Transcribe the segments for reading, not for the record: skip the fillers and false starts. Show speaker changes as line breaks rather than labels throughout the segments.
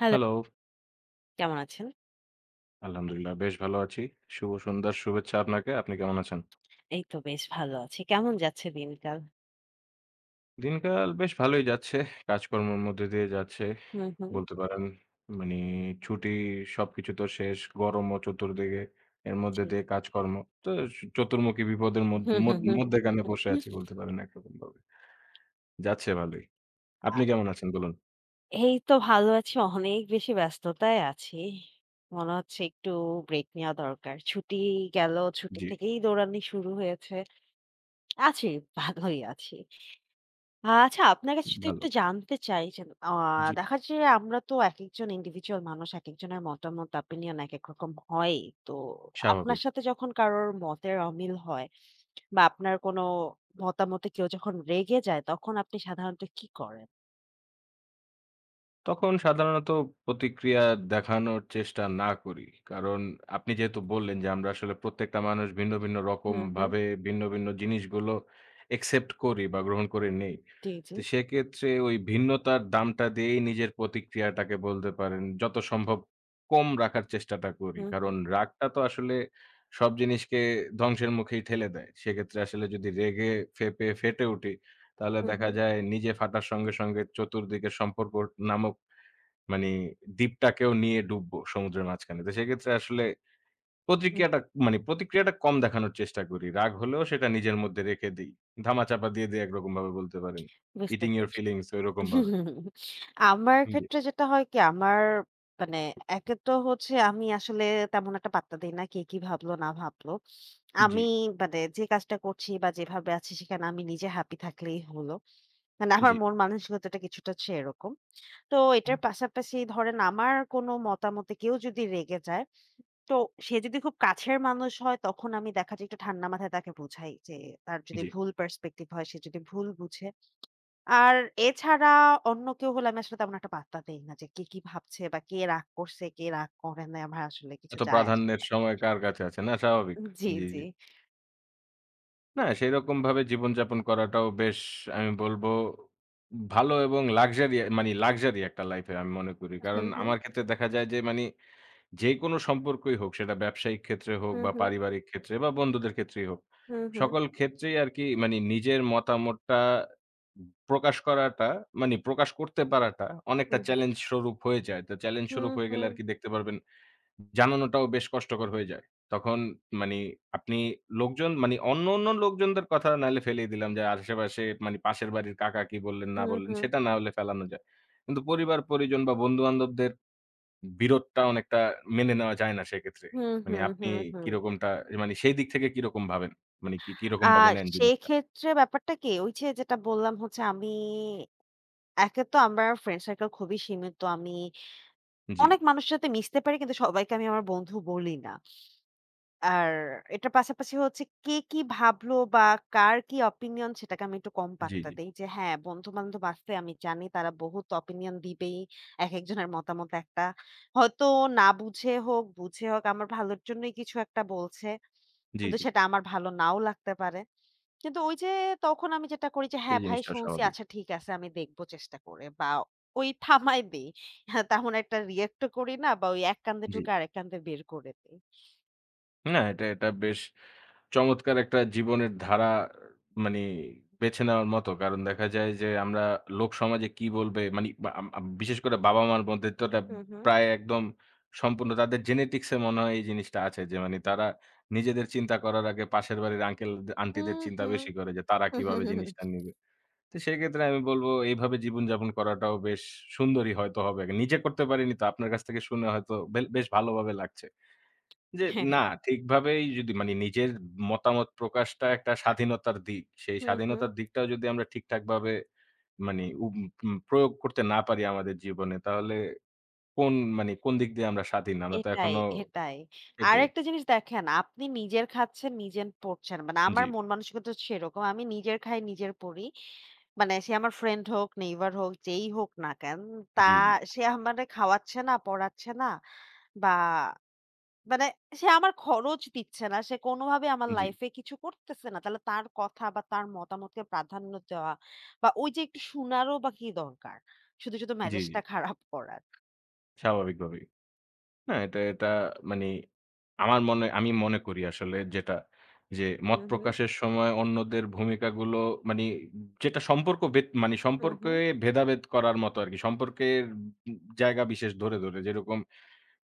Hello,
hello.
কেমন আছেন?
আলহামদুলিল্লাহ বেশ ভালো আছি। শুভ সন্ধ্যার শুভেচ্ছা আপনাকে। আপনি কেমন আছেন?
এই তো বেশ ভালো আছি। কেমন যাচ্ছে দিনকাল?
দিনকাল বেশ ভালোই যাচ্ছে। কাজকর্মের মধ্যে দিয়ে যাচ্ছে।
হুম, হুম।
বলতে পারেন মানে ছুটি সবকিছু তো শেষ। গরমও চতুর্দিকে। এর মধ্যে
জি।
দিয়ে কাজকর্ম। তো চতুর্মুখী বিপদের মদ
হুম,
মদ
হুম, হুম,
মধ্যেখানে বসে
হুম।
আছি বলতে পারেন একরকমভাবে। যাচ্ছে ভালোই।
আ
আপনি কেমন আছেন বলুন?
এই তো ভালো আছি। অনেক বেশি ব্যস্ততায় আছি। মনে হচ্ছে একটু ব্রেক নেওয়া দরকার। ছুটি গেল, ছুটি
জি,
থেকেই দৌড়ানি শুরু হয়েছে। আছি, ভালোই আছি। আচ্ছা আপনার কাছে যদি
ভালো।
একটু জানতে চাই যে আ
জি,
দেখা যাচ্ছে যে আমরা তো একেকজন ইন্ডিভিজুয়াল মানুষ, একেকজনের মতামত, opinion একেক রকম হয়ই। তো আপনার
স্বাভাবিক।
সাথে যখন কারোর মতের অমিল হয় বা আপনার কোনো মতামতে কেউ যখন রেগে যায় তখন আপনি সাধারণত কি করেন?
তখন সাধারণত প্রতিক্রিয়া দেখানোর চেষ্টা না করি। কারণ আপনি যেহেতু বললেন যে, আমরা আসলে প্রত্যেকটা মানুষ ভিন্ন, ভিন্ন
হুম, হুম।
রকমভাবে ভিন্ন, ভিন্ন জিনিসগুলো একসেপ্ট করি বা গ্রহণ করে নেই।
জি, জি।
তো সেক্ষেত্রে ওই ভিন্নতার দামটা দিয়েই নিজের প্রতিক্রিয়াটাকে বলতে পারেন যত সম্ভব কম রাখার চেষ্টাটা করি।
হুম,
কারণ
হুম,
রাগটা তো আসলে সব জিনিসকে ধ্বংসের মুখেই ঠেলে দেয়। সেক্ষেত্রে আসলে যদি রেগে ফেঁপে ফেটে উঠি, তাহলে
হুম,
দেখা
হুম,
যায় নিজে ফাটার সঙ্গে, সঙ্গে চতুর্দিকের সম্পর্ক নামক মানে দ্বীপটাকেও নিয়ে ডুববো সমুদ্রের মাঝখানে। তো সেক্ষেত্রে আসলে
হুম।
প্রতিক্রিয়াটা মানে প্রতিক্রিয়াটা কম দেখানোর চেষ্টা করি। রাগ হলেও সেটা নিজের মধ্যে রেখে দেই। ধামাচাপা দিয়ে দেই একরকম ভাবে বলতে পারেন।
বুঝতে
ইটিং ইউর
পেরেছি।
ফিলিংস ঐরকম ভাবে।
আমার
জি,
ক্ষেত্রে যেটা হয় কি আমার মানে একে তো হচ্ছে আমি আসলে তেমন একটা পাত্তা দেই না। কে কি ভাবলো না ভাবলো।
জি,
আমি মানে যে কাজটা করছি বা যেভাবে আছি সেখানে আমি নিজে হ্যাপি থাকলেই হলো। মানে আমার
জি,
মন মানসিকতাটা কিছুটা হচ্ছে এরকম। তো এটার পাশাপাশি ধরেন আমার কোনো মতামতে কেউ যদি রেগে যায় তো সে যদি খুব কাছের মানুষ হয় তখন আমি দেখা যায় একটু ঠান্ডা মাথায় তাকে বুঝাই যে তার যদি
জি।
ভুল পার্সপেক্টিভ হয় সে যদি ভুল বুঝে। আর এছাড়া অন্য কেউ হলে আমি আসলে তেমন একটা পাত্তা দেই না যে কে কি ভাবছে বা কে রাগ করছে, কে রাগ করে নাই আমার আসলে কিছু
এত
যায় আসে
প্রাধান্যের
না।
সময় কার কাছে আছে? না স্বাভাবিক।
জি,
জি,
জি।
জি। না সেরকমভাবে জীবনযাপন করাটাও বেশ আমি বলবো ভালো এবং লাক্সারি মানে লাক্সারি একটা লাইফ আমি মনে করি। কারণ
হুম, হুম,
আমার ক্ষেত্রে দেখা যায় যে মানি যেকোনো সম্পর্কই হোক সেটা ব্যবসায়িক ক্ষেত্রে হোক
হুম,
বা
হুম,
পারিবারিক ক্ষেত্রে বা বন্ধুদের ক্ষেত্রেই হোক।
হুম, হুম,
সকল ক্ষেত্রেই আরকি মানি নিজের মতামতটা প্রকাশ করাটা মানি প্রকাশ করতে পারাটা অনেকটা চ্যালেঞ্জ স্বরূপ হয়ে যায়। তো চ্যালেঞ্জ স্বরূপ
হুম,
হয়ে গেলে
হুম,
আরকি দেখতে পারবেন জানানোটাও বেশ কষ্টকর হয়ে যায়। তখন মানি আপনি লোকজন মানি অন্য, অন্য লোকজনদের কথা নাহলে ফেলেই দিলাম যে আশেপাশে মানি পাশের বাড়ির কাকা কি বললেন না বললেন
হুম,
সেটা না হলে ফেলানো যায়। কিন্তু পরিবার পরিজন বা বন্ধু-বান্ধবদের বিরোধটা অনেকটা মেনে নেওয়া যায় না সেক্ষেত্রে।
হুম,
মানে
হুম,
আপনি
হুম, হুম।
কিরকমটা মানে সেই দিক থেকে কিরকম ভাবেন? মানে কি
আ
কিরকমভাবে নেন জিনিসটা?
সেক্ষেত্রে ব্যাপারটা কি ওই যে যেটা বললাম হচ্ছে আমি একে তো আমার ফ্রেন্ড সার্কেল খুবই সীমিত। আমি
জি,
অনেক মানুষের সাথে মিশতে পারি কিন্তু সবাইকে আমি আমার বন্ধু বলি না। আর এটার পাশাপাশি হচ্ছে কে কি ভাবলো বা কার কি অপিনিয়ন সেটাকে আমি একটু কম
জি,
পাত্তা দেই। যে হ্যাঁ, বন্ধু-বান্ধব আছে আমি জানি তারা বহুত অপিনিয়ন দিবেই। একেকজনের মতামত একটা। হয়তো না বুঝে হোক, বুঝে হোক আমার ভালোর জন্যই কিছু একটা বলছে।
জি,
কিন্তু
জি, জি।
সেটা আমার ভালো নাও লাগতে পারে। কিন্তু ওই যে তখন আমি যেটা করি যে
এই
হ্যাঁ, ভাই
জিনিসটা
শুনছি
স্বাভাবিক।
আচ্ছা ঠিক আছে আমি দেখব চেষ্টা করে বা ওই থামায় দেই। হ্যাঁ, তেমন একটা রিঅ্যাক্ট ও করি না বা ওই এক কান্দে
জি।
ঢুকে আরেক কান্দে বের করে দেই।
না এটা বেশ চমৎকার একটা জীবনের ধারা মানে বেছে নেওয়ার মতো। কারণ দেখা যায় যে আমরা লোক সমাজে কি বলবে মানি বা আম আম বিশেষ করে বাবা-মার মধ্যে তো এটা
হুম, হুম।
প্রায় একদম সম্পূর্ণ তাদের জেনেটিক্স এ মনে হয় এই জিনিসটা আছে যে মানে তারা নিজেদের চিন্তা করার আগে পাশের বাড়ির আঙ্কেল আন্টিদের
হুম,
চিন্তা
হুম।
বেশি করে যে তারা
হুম, হুম।
কিভাবে
হুম,
জিনিসটা
হুম।
নিবে। তো সেক্ষেত্রে আমি বলব এইভাবে জীবনযাপন করাটাও বেশ সুন্দরই হয়তো হবে। নিজে করতে পারিনি তো আপনার কাছ থেকে শুনে হয়তো বেশ ভালোভাবে লাগছে। যে
হ্যাঁ,
না,
হ্যাঁ।
ঠিকভাবেই যদি মানে নিজের মতামত প্রকাশটা একটা স্বাধীনতার দিক। সেই
হুম, হুম।
স্বাধীনতার দিকটাও যদি আমরা ঠিকঠাকভাবে মানে উম উম প্রয়োগ করতে না পারি আমাদের জীবনে, তাহলে কোন মানে কোন দিক দিয়ে আমরা স্বাধীন? আমরা তো
এটাই,
এখনো
এটাই।
এটাই
আরেকটা জিনিস দেখেন, আপনি নিজের খাচ্ছেন, নিজের পড়ছেন। মানে আমার
জি,
মন মানসিকতা হচ্ছে সেরকম। আমি নিজের খাই, নিজের পড়ি। মানে সে আমার ফ্রেন্ড হোক, নেইবার হোক, যেই হোক না কেন, তা
জি, জি,
সে আমারে খাওয়াচ্ছে না, পড়াচ্ছে না বা মানে সে আমার খরচ দিচ্ছে না। সে কোনোভাবে আমার
জি,
লাইফ এ কিছু করতেছে না। তাহলে তার কথা বা তার মতামতকে প্রাধান্য দেওয়া বা ওই যে একটু শোনারও বা কি দরকার? শুধু, শুধু
জি, জি,
মেজাজটা খারাপ করার।
স্বাভাবিকভাবেই। না, এটা এটা মানি আমার মনে আমি মনে করি আসলে যেটা যে
হু,
মত
হু,
প্রকাশের সময় অন্যদের ভূমিকাগুলো মানি যেটা সম্পর্ক ভেদ মানি
হু, হু,
সম্পর্কে ভেদাভেদ করার মতো আরকি। সম্পর্কের জায়গা বিশেষ ধরে, ধরে যেরকম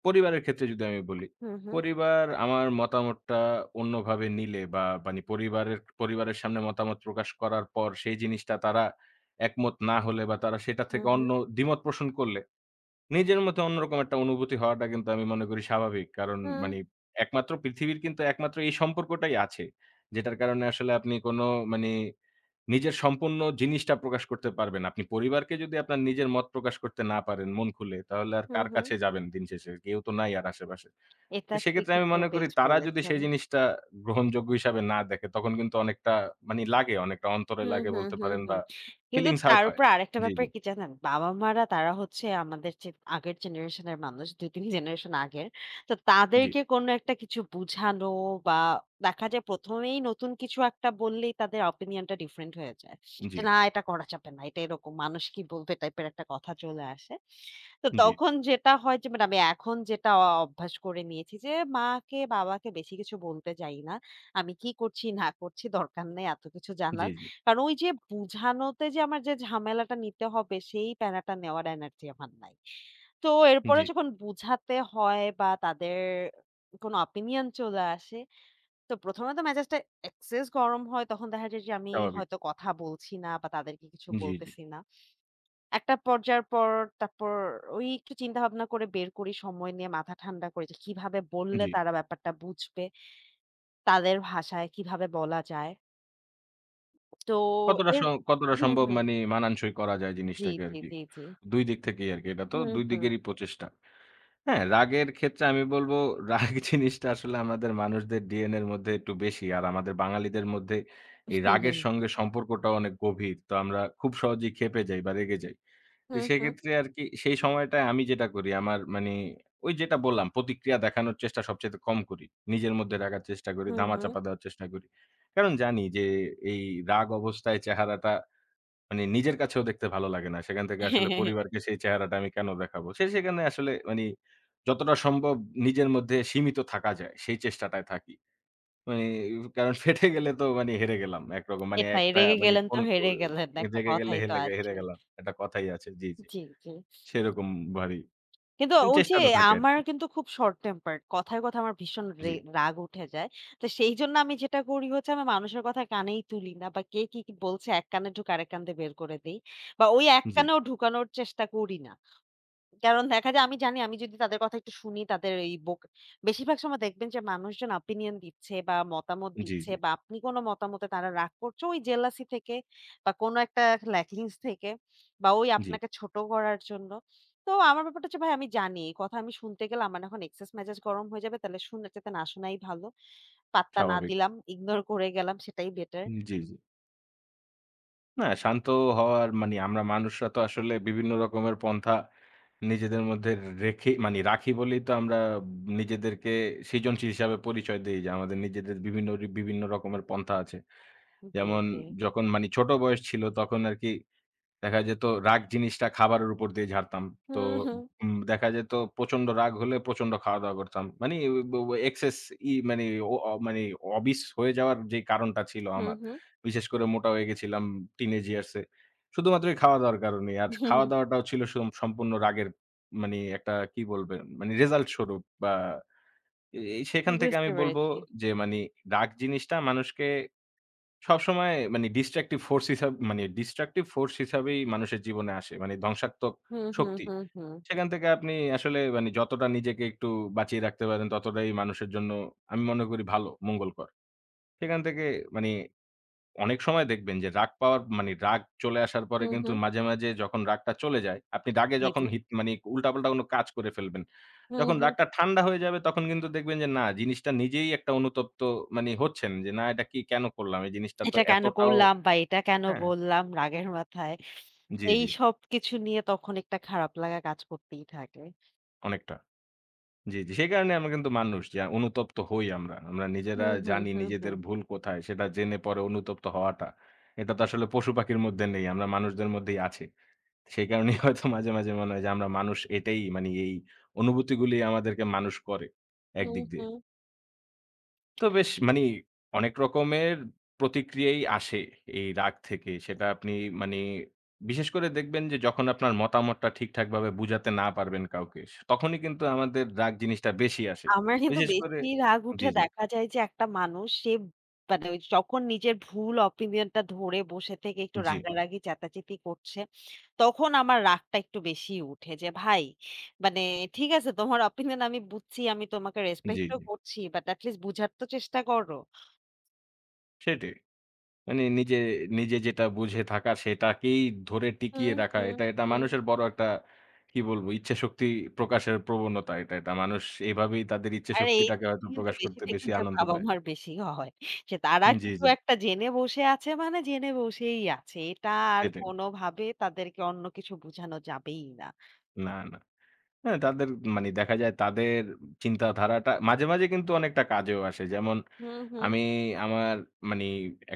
পরিবারের ক্ষেত্রে যদি আমি বলি,
হু, হু,
পরিবার আমার মতামতটা অন্যভাবে নিলে বা মানি পরিবারের পরিবারের সামনে মতামত প্রকাশ করার পর সেই জিনিসটা তারা একমত না হলে বা তারা সেটা
হু,
থেকে
হু,
অন্য দ্বিমত পোষণ করলে নিজের মধ্যে অন্যরকম একটা অনুভূতি হওয়াটা কিন্তু আমি মনে করি স্বাভাবিক। কারণ
হু,
মানে একমাত্র পৃথিবীর কিন্তু একমাত্র এই সম্পর্কটাই আছে। যেটার কারণে আসলে আপনি কোনো মানে নিজের সম্পূর্ণ জিনিসটা প্রকাশ করতে পারবেন। আপনি পরিবারকে যদি আপনার নিজের মত প্রকাশ করতে না পারেন মন খুলে, তাহলে আর
হু,
কার
হু।
কাছে যাবেন দিন শেষে? কেউ তো নাই আর আশেপাশে।
এটা
তো সেক্ষেত্রে
ঠিকই
আমি
তো
মনে করি
বেশ
তারা যদি
বলেছেন।
সেই জিনিসটা গ্রহণযোগ্য হিসাবে না দেখে, তখন কিন্তু অনেকটা মানে লাগে, অনেকটা অন্তরে
হুম,
লাগে
হুম,
বলতে
হুম,
পারেন বা
হুম। কিন্তু
ফিলিংস হার্ট
তার
হয়।
উপর আরেকটা
জি,
ব্যাপার
জি,
কি জানেন? বাবা-মারা তারা হচ্ছে আমাদের যে আগের জেনারেশন এর মানুষ, ২-৩ জেনারেশন আগের। তো
জি,
তাদেরকে কোনো একটা কিছু বুঝানো বা দেখা যায় ১ম এই নতুন কিছু একটা বললেই তাদের অপিনিয়ন টা ডিফারেন্ট হয়ে যায়।
জি,
যে না এটা করা যাবে না। এটা এরকম মানুষ কি বলবে টাইপের একটা কথা চলে আসে। তো
জি,
তখন যেটা হয় যে মানে আমি এখন যেটা অভ্যাস করে নিয়েছি যে মাকে বাবাকে বেশি কিছু বলতে যাই না। আমি কি করছি না করছি দরকার নেই এত কিছু
জি,
জানার।
জি,
কারণ ওই যে বুঝানোতে যে আমার যে ঝামেলাটা নিতে হবে সেই প্যারাটা নেওয়ার এনার্জি আমার নাই। তো এরপরে
জি।
যখন বুঝাতে হয় বা তাদের কোনো অপিনিয়ন চলে আসে, তো ১ম এ তো মেজাজটা এক্সেস গরম হয়। তখন দেখা যায় যে আমি
স্বাভাবিক।
হয়তো কথা বলছি না বা তাদেরকে কিছু
জি, জি,
বলতেছি না। একটা পর্যায়ের পর তারপর ওই একটু চিন্তাভাবনা করে বের করি সময় নিয়ে মাথা ঠান্ডা করে যে কিভাবে বললে
জি।
তারা ব্যাপারটা বুঝবে, তাদের ভাষায় কিভাবে বলা যায়। তো
কতটা স
এর
কতটা
হুম,
সম্ভব
হুম।
মানি মানানসই করা যায়
জি,
জিনিসটাকে
জি,
আরকি।
জি, জি।
২ দিক থেকেই আরকি। এটা তো
হুম,
২
হুম।
দিকেরই প্রচেষ্টা। হ্যাঁ, রাগের ক্ষেত্রে আমি বলব রাগ জিনিসটা আসলে আমাদের মানুষদের ডিএনএ এর মধ্যে একটু বেশি। আর আমাদের বাঙালিদের মধ্যে এই
হুম,
রাগের
হুম।
সঙ্গে সম্পর্কটাও অনেক গভীর। তো আমরা খুব সহজেই ক্ষেপে যাই বা রেগে যাই। তো
হুম, হুম।
সেক্ষেত্রে আরকি সেই সময়টায় আমি যেটা করি আমার মানে ওই যেটা বললাম প্রতিক্রিয়া দেখানোর চেষ্টা সবচাইতে কম করি। নিজের মধ্যে রাখার চেষ্টা করি,
হুম
ধামাচাপা দেওয়ার চেষ্টা করি। কারণ জানি যে এই রাগ অবস্থায় চেহারাটা মানে নিজের কাছেও দেখতে ভালো লাগে না। সেখান থেকে আসলে পরিবারকে সেই চেহারাটা আমি কেন দেখাবো? সে সেখানে আসলে মানে যতটা সম্ভব নিজের মধ্যে সীমিত থাকা যায় সেই চেষ্টাটায় থাকি। মানে কারণ ফেটে গেলে তো মানে হেরে গেলাম একরকম। মানে
এটাই
একটা
রেগে
মানে
গেলেন তো
কোন ক
হেরে গেলেন। একটা
রেগে গেলে
কথাই তো
হেরে
আছে।
গেলাম। একটা কথাই আছে। জি, জি।
জি, জি।
সেরকম ভারী।
কিন্তু
কিন্তু
ওই যে
চেষ্টাটা থাকে
আমার
আরকি।
কিন্তু খুব short tempered কথায়, কথায় আমার ভীষণ
জি,
রাগ উঠে যায়। তো সেইজন্য আমি যেটা করি হচ্ছে আমি মানুষের কথা কানেই তুলি না বা কে কি বলছে এক কানে ঢুকে আরেক কান দিয়ে বের করে দেই। বা ওই এক
জি,
কানেও ঢুকানোর চেষ্টা করি না। কারণ দেখা যায় আমি জানি আমি যদি তাদের কথা একটু শুনি তাদের এই বোক বেশিরভাগ সময় দেখবেন যে মানুষজন opinion দিচ্ছে বা মতামত
জি,
দিচ্ছে
জি,
বা আপনি কোনো মতামতে তারা রাগ করছে ওই জেলাসি থেকে বা কোনো একটা ল্যাকিংস থেকে বা ওই
জি।
আপনাকে ছোট করার জন্য। তো আমার ব্যাপারটা হচ্ছে ভাই আমি জানি এই কথা আমি শুনতে গেলে আমার এখন এক্সেস মেজাজ গরম হয়ে যাবে। তাহলে শুনে যাতে না শোনাই ভালো। পাত্তা না
স্বাভাবিক।
দিলাম, ইগনোর করে গেলাম সেটাই বেটার।
জি, জি। না শান্ত হওয়ার মানে আমরা মানুষরা তো আসলে বিভিন্ন রকমের পন্থা নিজেদের মধ্যে রেখে মানে রাখি বলেই তো আমরা নিজেদেরকে সৃজনশীল হিসাবে পরিচয় দেই যে আমাদের নিজেদের বিভিন্ন বিভিন্ন রকমের পন্থা আছে।
জি,
যেমন
জি।
যখন মানে ছোট বয়স ছিল তখন আরকি দেখা যেত রাগ জিনিসটা খাবারের উপর দিয়ে ঝাড়তাম। তো
হুম, হুম,
দেখা যেত প্রচন্ড রাগ হলে প্রচন্ড খাওয়া-দাওয়া করতাম। মানে ও ও এক্সেস ই মানে ও অ মানে অবিস হয়ে যাওয়ার যে কারণটা ছিল
হুম,
আমার।
হুম।
বিশেষ করে মোটা হয়ে গেছিলাম টিনেজ ইয়ার্স এ। শুধুমাত্র এই খাওয়া-দাওয়ার কারণেই। আর
হুম
খাওয়া-দাওয়াটাও ছিল সম্পূর্ণ রাগের মানে একটা কি বলবেন মানে রেজাল্ট স্বরূপ বা এ
হুম
সেখান থেকে
বুঝতে
আমি বলব
পেরেছি।
যে, মানে রাগ জিনিসটা মানুষকে সবসময় মানে ডিস্ট্রাকটিভ ফোর্স হিসাব মানে ডিস্ট্রাকটিভ ফোর্স হিসাবেই মানুষের জীবনে আসে। মানে ধ্বংসাত্মক
হুম, হুম,
শক্তি।
হুম, হুম।
সেখান থেকে আপনি আসলে মানে যতটা নিজেকে একটু বাঁচিয়ে রাখতে পারেন ততটাই মানুষের জন্য আমি মনে করি ভালো, মঙ্গলকর। সেখান থেকে মানে অনেক সময় দেখবেন যে রাগ পাওয়ার মানে রাগ চলে আসার পরে
হুম,
কিন্তু
হুম।
মাঝে, মাঝে যখন রাগটা চলে যায়, আপনি রাগে
জি,
যখন
জি।
মানে উল্টাপাল্টা কোনো কাজ করে ফেলবেন।
হুম,
যখন
হুম।
রাগটা ঠান্ডা হয়ে যাবে তখন কিন্তু দেখবেন যে না জিনিসটা নিজেই একটা অনুতপ্ত মানে হচ্ছেন যে না এটা কি কেন করলাম? এই জিনিসটা তো
এটা কেন
এতটাও
করলাম বা এটা কেন
হ্যাঁ,
বললাম রাগের মাথায়।
জি,
এই
জি,
সবকিছু নিয়ে তখন একটা খারাপ লাগা কাজ করতেই থাকে।
অনেকটা। জি, জি। সেই কারণে আমরা কিন্তু মানুষ যে অনুতপ্ত হই আমরা। আমরা নিজেরা
হুম, হুম,
জানি
হুম, হুম।
নিজেদের ভুল কোথায় সেটা জেনে পরে অনুতপ্ত হওয়াটা। এটা তো আসলে পশু-পাখির মধ্যে নেই। আমরা মানুষদের মধ্যেই আছে। সেই কারণেই হয়তো মাঝে, মাঝে মনে হয় যে আমরা মানুষ এটাই মানে এই অনুভূতিগুলি আমাদেরকে মানুষ করে
হুম,
একদিক দিয়ে।
হুম।
তো বেশ মানি অনেক রকমের প্রতিক্রিয়াই আসে এই রাগ থেকে। সেটা আপনি মানি বিশেষ করে দেখবেন যে যখন আপনার মতামতটা ঠিকঠাকভাবে বুঝাতে না পারবেন কাউকে, তখনই কিন্তু আমাদের রাগ জিনিসটা বেশি আসে।
আমার কিন্তু
বিশেষ করে
বেশি রাগ
জি,
উঠে
জি,
দেখা যায় যে একটা মানুষ সে মানে ওই যখন নিজের ভুল অপিনিয়নটা ধরে বসে থেকে একটু
জি,
রাগারাগি চেঁচাচেঁতি করছে, তখন আমার রাগটা একটু বেশিই উঠে যে ভাই মানে ঠিক আছে তোমার অপিনিয়ন আমি বুঝছি, আমি তোমাকে
জি,
রেসপেক্ট ও
জি।
করছি। বাট এটি লিস্ট বুঝার তো চেষ্টা করো।
সেটাই। মানি নিজে যেটা বুঝে থাকা সেটাকেই ধরে টিকিয়ে
হুম,
রাখা।
হুম,
এটা
হুম।
মানুষের বড় একটা কি বলবো ইচ্ছাশক্তি প্রকাশের প্রবণতা এটা। মানুষ এভাবেই তাদের
আর এই
ইচ্ছাশক্তিটাকে হয়তো
কিন্তু
প্রকাশ
বেশি
করতে
দেখবেন
বেশি
যে
আনন্দ পায়।
বাবা-মার বেশি হয়। যে তারা
জি,
কিছু
জি।
একটা জেনে বসে আছে মানে জেনে বসেই আছে। এটা আর
সেটাই।
কোনোভাবে তাদেরকে অন্য কিছু বোঝানো যাবেই না।
না, না। হ্যাঁ, তাদের মানে দেখা যায় তাদের চিন্তাধারাটা মাঝে, মাঝে কিন্তু অনেকটা কাজেও আসে। যেমন
হুম, হুম,
আমি আমার মানি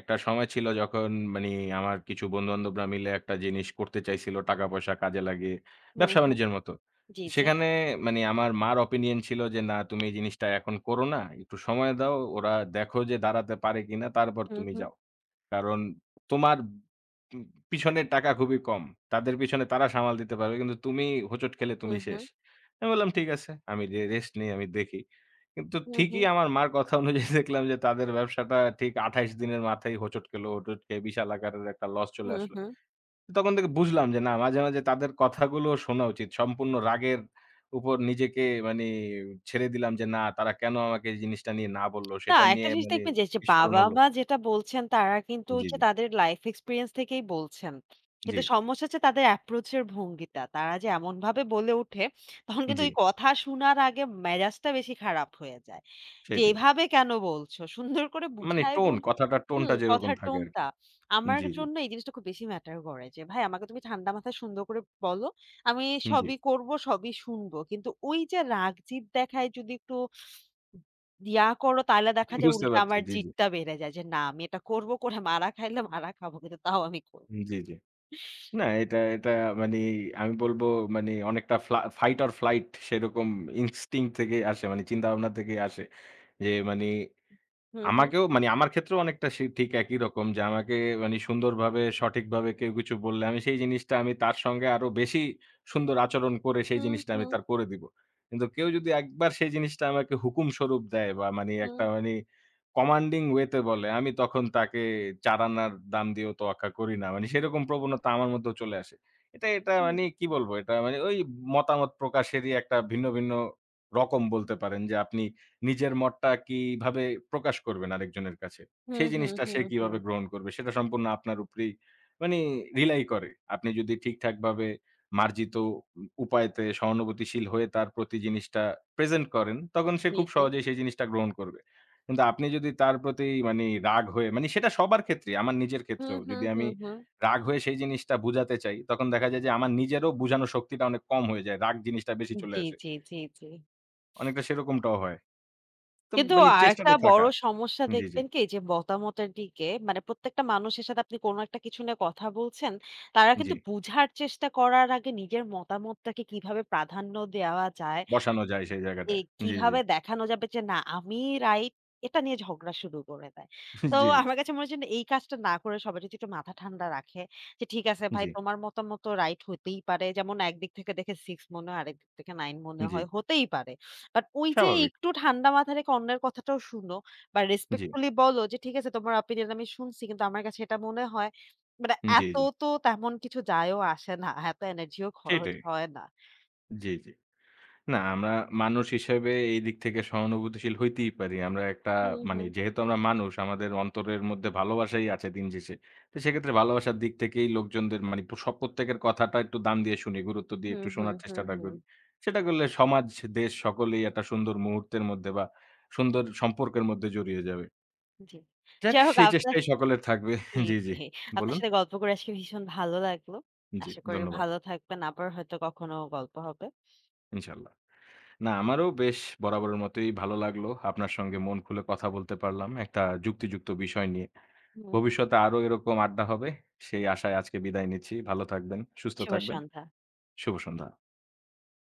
একটা সময় ছিল যখন মানি আমার কিছু বন্ধু-বান্ধবরা মিলে একটা জিনিস করতে চাইছিল টাকা-পয়সা কাজে লাগিয়ে,
হুম, হুম।
ব্যবসা-বাণিজ্যের মতো।
জি, জি।
সেখানে মানি আমার মার ওপিনিয়ন ছিল যে, "না, তুমি এই জিনিসটা এখন করো না। একটু সময় দাও। ওরা দেখো যে দাঁড়াতে পারে কিনা, তারপর
হুম,
তুমি
হুম,
যাও।" কারণ তোমার উম পিছনের টাকা খুবই কম। তাদের পিছনে তারা সামাল দিতে পারবে। কিন্তু তুমি হোঁচট খেলে তুমি
হুম,
শেষ।
হুম,
আমি বললাম, "ঠিক আছে। আমি যে রেস্ট নেই, আমি দেখি।" কিন্তু
হুম,
ঠিকই
হুম,
আমার মার কথা অনুযায়ী দেখলাম যে তাদের ব্যবসাটা ঠিক ২৮ দিনের মাথায় হোঁচট খেলো। হোঁচট খেয়ে বিশাল আকারের একটা লস চলে
হুম,
আসলো।
হুম।
তখন থেকে বুঝলাম যে না মাঝে, মাঝে তাদের কথাগুলো শোনা উচিত। সম্পূর্ণ রাগের উপর নিজেকে মানে ছেড়ে দিলাম যে না তারা কেন আমাকে এই জিনিসটা নিয়ে না বলল
না,
সেটা
একটা
নিয়ে
জিনিস
মানে
দেখবেন যে, যে
বিস্ফোরণ হলো।
বাবা-মা যেটা বলছেন তারা কিন্তু ওই
জি,
যে
জি,
তাদের লাইফ এক্সপেরিয়েন্স থেকেই বলছেন।
জি,
কিন্তু সমস্যা হচ্ছে তাদের অ্যাপ্রোচ এর ভঙ্গিটা। তারা যে এমনভাবে বলে ওঠে, তখন কিন্তু
জি।
ওই কথা শোনার আগে মেজাজটা বেশি খারাপ হয়ে যায়। যে
সেইটাই।
এভাবে কেন বলছো? সুন্দর করে
মানে
বুঝায়
টোন,
বল
কথাটার
হুম,
টোনটা যেরকম
কথার
থাকে আরকি।
টোনটা। আমার
জি, জি,
জন্য এই জিনিসটা খুব বেশি ম্যাটার করে যে, ভাই আমাকে তুমি ঠান্ডা মাথায় সুন্দর করে বলো। আমি
জি।
সবই করব, সবই শুনবো। কিন্তু ওই যে রাগ জিদ দেখায় যদি একটু ইয়া করো তাহলে দেখা যায়
বুঝতে
উল্টা
পারছি।
আমার
জি,
জিদটা বেড়ে যায় যে না আমি এটা করব করে মারা খাইলে মারা খাবো কিন্তু তাও আমি করব।
জি, জি, জি। না এটা মানে আমি বলব মানে অনেকটা fight or flight সেরকম instinct থেকেই আসে। মানে চিন্তাভাবনা থেকেই আসে। যে মানি
হুম, হুম।
আমাকেও মানে আমার ক্ষেত্রেও অনেকটা সে ঠিক একই রকম যে আমাকে মানে সুন্দরভাবে সঠিকভাবে কেউ কিছু বললে আমি সেই জিনিসটা আমি তার সঙ্গে আরো বেশি সুন্দর আচরণ করে সেই
হুম,
জিনিসটা আমি
হুম,
তার করে দিব। কিন্তু কেউ যদি একবার সেই জিনিসটা আমাকে হুকুম স্বরূপ দেয় বা মানে
হুম,
একটা মানে কমান্ডিং ওয়ে তে বলে আমি তখন তাকে ৪ আনার দাম দিয়েও তোয়াক্কা করি না। মানে সেরকম প্রবণতা আমার মধ্যেও চলে আসে। এটা
হুম।
মানে কি বলবো? এটা মানে ওই মতামত প্রকাশেরই একটা ভিন্ন, ভিন্ন রকম বলতে পারেন যে আপনি নিজের মতটা কিভাবে প্রকাশ করবেন আরেকজনের কাছে।
হুম,
সেই
হুম,
জিনিসটা সে
হুম,
কিভাবে
হুম।
গ্রহণ করবে সেটা সম্পূর্ণ আপনার উপরেই মানে রিলাই করে। আপনি যদি ঠিকঠাকভাবে মার্জিত উপায়তে সহানুভূতিশীল হয়ে তার প্রতি জিনিসটা প্রেজেন্ট করেন, তখন সে
জি,
খুব
জি।
সহজেই সেই জিনিসটা গ্রহণ করবে। কিন্তু আপনি যদি তার প্রতি মানে রাগ হয়ে মানে সেটা সবার ক্ষেত্রেই, আমার নিজের
হুম,
ক্ষেত্রেও
হুম,
যদি আমি
হুম, হুম।
রাগ হয়ে সেই জিনিসটা বুঝাতে চাই, তখন দেখা যায় যে আমার নিজেরও বুঝানোর শক্তিটা অনেক কম হয়ে যায়। রাগ জিনিসটা বেশি চলে
জি,
আসে।
জি, জি, জি।
অনেকটা সেরকমটাও হয়। তো
কিন্তু
মানে
আরেকটা
চেষ্টাটা থাকা।
বড় সমস্যা
জি, জি,
দেখবেন কি যে মতামতের দিকে মানে প্রত্যেকটা মানুষের সাথে আপনি কোনো একটা কিছু নিয়ে কথা বলছেন, তারা
জি।
কিন্তু বুঝার চেষ্টা করার আগে নিজের মতামতটাকে কিভাবে প্রাধান্য দেওয়া যায়
বসানো যায় সেই
এ
জায়গাটায়। জি, জি,
কিভাবে দেখানো যাবে যে না আমি রাইট এটা নিয়ে ঝগড়া শুরু করে দেয়। তো
জি,
আমার কাছে মনে হচ্ছে না এই কাজটা না করে সবাই যদি একটু মাথা ঠান্ডা রাখে যে ঠিক আছে ভাই
জি,
তোমার মতামত তো রাইট হতেই পারে। যেমন একদিক থেকে দেখে 6 মনে হয় আরেক দিক থেকে 9 মনে
জি।
হয় হতেই পারে। বাট ওই যে
স্বাভাবিক।
একটু ঠান্ডা মাথা রেখে অন্যের কথাটাও শুনো বা
জি,
রেসপেক্টফুলি বলো যে ঠিক আছে তোমার অপিনিয়ন আমি শুনছি কিন্তু আমার কাছে এটা মনে হয় মানে
জি,
এত
জি।
তো তেমন কিছু যায়ও আসে না। এত এনার্জিও খরচ
সেটাই।
হয় না।
জি, জি। না আমরা মানুষ হিসেবে এই দিক থেকে সহানুভূতিশীল হইতেই পারি। আমরা একটা
হুম,
মানে
হুম।
যেহেতু আমরা মানুষ আমাদের অন্তরের মধ্যে ভালোবাসাই আছে দিন শেষে। তো সেক্ষেত্রে ভালোবাসার দিক থেকেই লোকজনদের মানে সব প্রত্যেকের কথাটা একটু দাম দিয়ে শুনি, গুরুত্ব দিয়ে
হুম,
একটু
হুম,
শোনার
হুম,
চেষ্টাটা
হুম।
করি। সেটা করলে সমাজ, দেশ সকলেই একটা সুন্দর মুহূর্তের মধ্যে বা সুন্দর সম্পর্কের মধ্যে জড়িয়ে যাবে।
জি।
যাক
যাই হোক
সেই
আপনার
চেষ্টাই সকলের থাকবে।
জি,
জি, জি।
জি। আপনার
বলুন?
সাথে গল্প করে আজকে ভীষণ ভালো লাগলো।
জি,
আশা করি
ধন্যবাদ।
ভালো থাকবেন। আবার হয়তো কখনো গল্প হবে।
ইনশাআল্লাহ। না আমারও বেশ বরাবরের মতোই ভালো লাগলো। আপনার সঙ্গে মন খুলে কথা বলতে পারলাম একটা যুক্তিযুক্ত বিষয় নিয়ে।
হুম, হুম।
ভবিষ্যতে আরো এরকম আড্ডা হবে। সেই আশায় আজকে বিদায় নিচ্ছি। ভালো থাকবেন, সুস্থ
শুভ
থাকবেন।
সন্ধ্যা।
শুভ সন্ধ্যা।